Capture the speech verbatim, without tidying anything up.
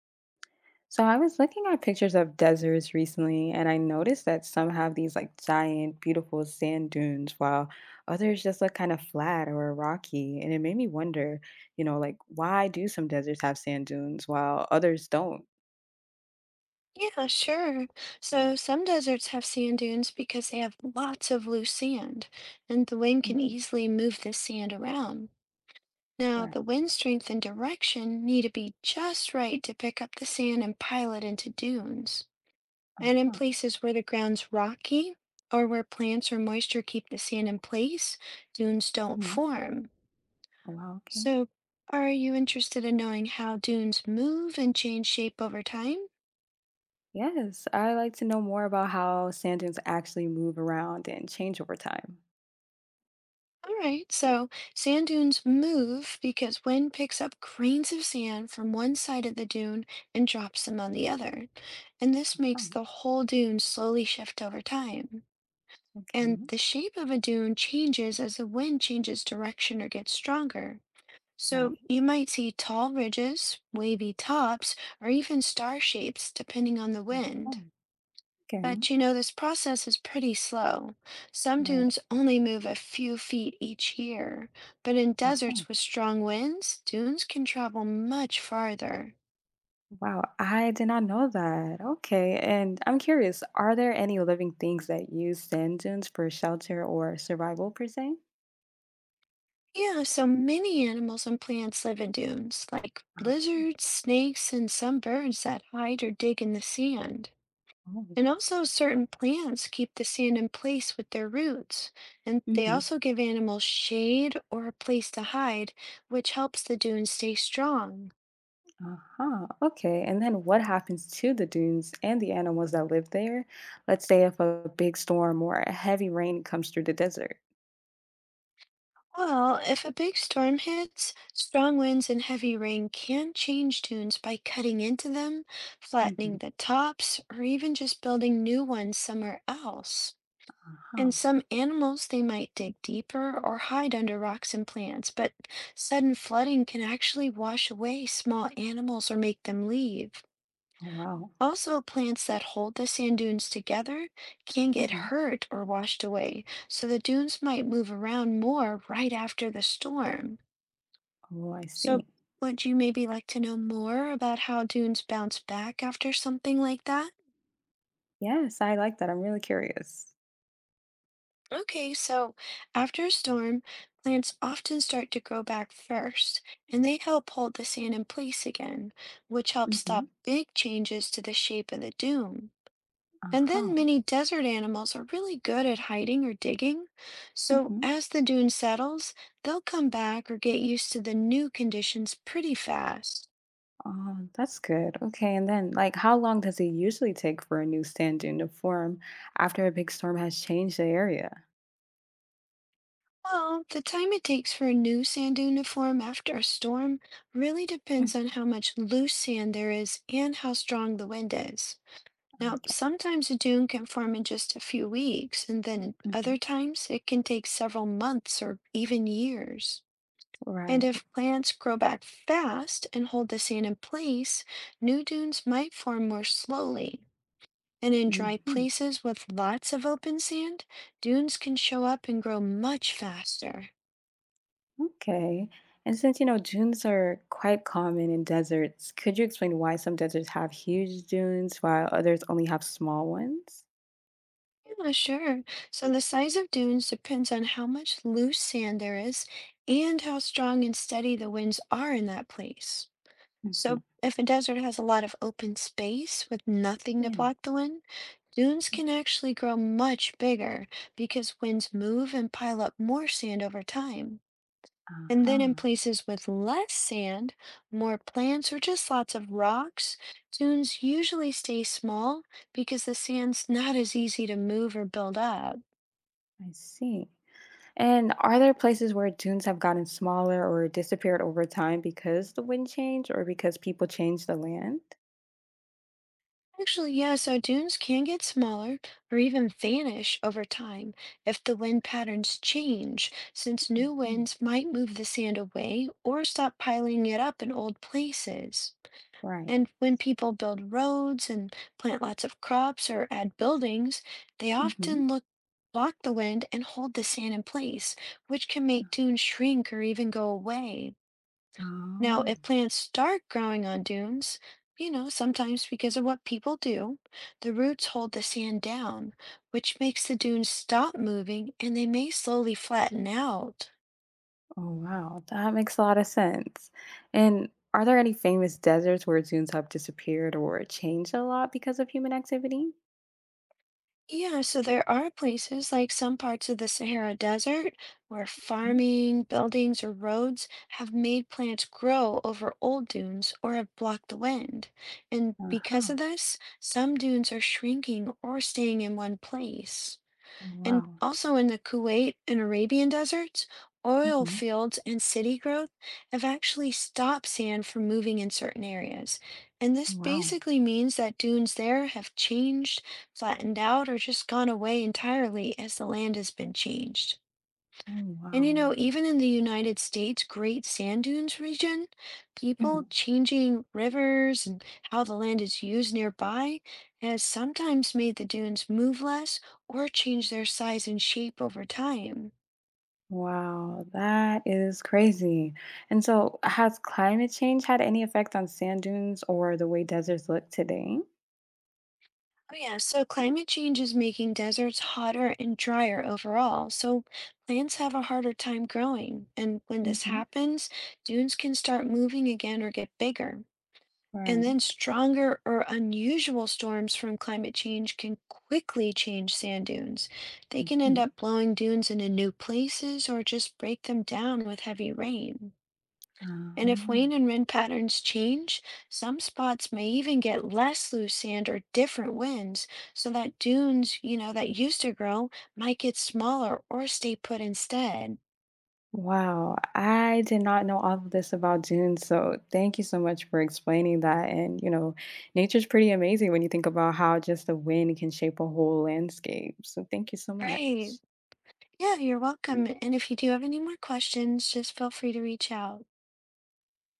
So I was looking at pictures of deserts recently, and I noticed that some have these like giant, beautiful sand dunes, while others just look kind of flat or rocky. And it made me wonder, you know, like why do some deserts have sand dunes while others don't? Yeah, sure. So some deserts have sand dunes because they have lots of loose sand, and the wind can Mhm. easily move this sand around. Now, Right. the wind strength and direction need to be just right to pick up the sand and pile it into dunes. And in Uh-huh. places where the ground's rocky or where plants or moisture keep the sand in place, dunes don't Hmm. form. Wow. Okay. So, are you interested in knowing how dunes move and change shape over time? Yes, I like to know more about how sand dunes actually move around and change over time. All right, so sand dunes move because wind picks up grains of sand from one side of the dune and drops them on the other. And this makes Uh-huh. the whole dune slowly shift over time. Okay. And the shape of a dune changes as the wind changes direction or gets stronger. Right. So you might see tall ridges, wavy tops, or even star shapes depending on the wind. Uh-huh. Okay. But you know, this process is pretty slow. Some Right. dunes only move a few feet each year, but in Uh-huh. deserts with strong winds, dunes can travel much farther. Wow, I did not know that. Okay, and I'm curious, are there any living things that use sand dunes for shelter or survival per se? Yeah, so many animals and plants live in dunes, like Uh-huh. lizards, snakes, and some birds that hide or dig in the sand. And also, certain plants keep the sand in place with their roots, and they Mm-hmm. also give animals shade or a place to hide, which helps the dunes stay strong. Uh-huh. Okay, and then what happens to the dunes and the animals that live there? Let's say if a big storm or a heavy rain comes through the desert. Well, if a big storm hits, strong winds and heavy rain can change dunes by cutting into them, flattening Mm-hmm. the tops, or even just building new ones somewhere else. Uh-huh. And some animals, they might dig deeper or hide under rocks and plants, but sudden flooding can actually wash away small animals or make them leave. Oh, wow. Also, plants that hold the sand dunes together can get Mm-hmm. hurt or washed away, so the dunes might move around more right after the storm. Oh, I So, see. would you maybe like to know more about how dunes bounce back after something like that? Yes, I like that. I'm really curious. Okay, so after a storm, plants often start to grow back first, and they help hold the sand in place again, which helps Mm-hmm. stop big changes to the shape of the dune. And then Uh-huh. many desert animals are really good at hiding or digging. So, Mm-hmm. as the dune settles, they'll come back or get used to the new conditions pretty fast. Oh, that's good. Okay, and then, like, how long does it usually take for a new sand dune to form after a big storm has changed the area? Well, the time it takes for a new sand dune to form after a storm really depends Mm. on how much loose sand there is and how strong the wind is. Now, Okay. sometimes a dune can form in just a few weeks, and then other Mhm. times it can take several months or even years. And Right. if plants grow back fast and hold the sand in place, new dunes might form more slowly. And in dry Hmm. places with lots of open sand, dunes can show up and grow much faster. Okay. And since you know dunes are quite common in deserts, could you explain why some deserts have huge dunes while others only have small ones? Yeah, sure. So the size of dunes depends on how much loose sand there is and how strong and steady the winds are in that place. Mhm. So if a desert has a lot of open space with nothing to Yeah. block the wind, dunes can Mm. actually grow much bigger because winds move and pile up more sand over time. And then in Uh-huh. places with less sand, more plants, or just lots of rocks, dunes usually stay small because the sand's not as easy to move or build up. I see. And are there places where dunes have gotten smaller or disappeared over time because the wind changed or because people changed the land? Actually, yeah, so dunes can get smaller or even vanish over time if the wind patterns change, since new Hmm. winds might move the sand away or stop piling it up in old places. Right. And when people build roads and plant lots of crops or add buildings, they Hmm. often look block the wind and hold the sand in place, which can make dunes shrink or even go away. Now, Oh. if plants start growing on dunes, you know, sometimes because of what people do, the roots hold the sand down, which makes the dunes stop moving and they may slowly flatten out. Oh, wow. That makes a lot of sense. And are there any famous deserts where dunes have disappeared or changed a lot because of human activity? Yeah, so there are places like some parts of the Sahara Desert where farming, buildings, or roads have made plants grow over old dunes or have blocked the wind. And Uh because huh. of this, some dunes are shrinking or staying in one place. And Wow. also in the Kuwait and Arabian deserts, oil Hmm. fields and city growth have actually stopped sand from moving in certain areas. And this Wow. basically means that dunes there have changed, flattened out, or just gone away entirely as the land has been changed. And you Oh, know, even in the United States, Great Sand Dunes region, people wow. changing rivers and how the land is used nearby has sometimes made the dunes move less or change their size and shape over time. Wow, that is crazy. And so, has climate change had any effect on sand dunes or the way deserts look today? Oh, yeah, so climate change is making deserts hotter and drier overall, so plants have a harder time growing. And when this Hmm. happens, dunes can start moving again or get bigger. And Right. then stronger or unusual storms from climate change can quickly change sand dunes. They can end Hmm. up blowing dunes into new places or just break them down with heavy rain. And if Um, rain and wind patterns change, some spots may even get less loose sand or different winds, so that dunes, you know, that used to grow might get smaller or stay put instead. wow, I did not know all of this about dunes, so thank you so much for explaining that. And you know, nature's pretty amazing when you think about how just the wind can shape a whole landscape. So thank you so much. Right. Yeah, you're welcome. And if you do have any more questions, just feel free to reach out.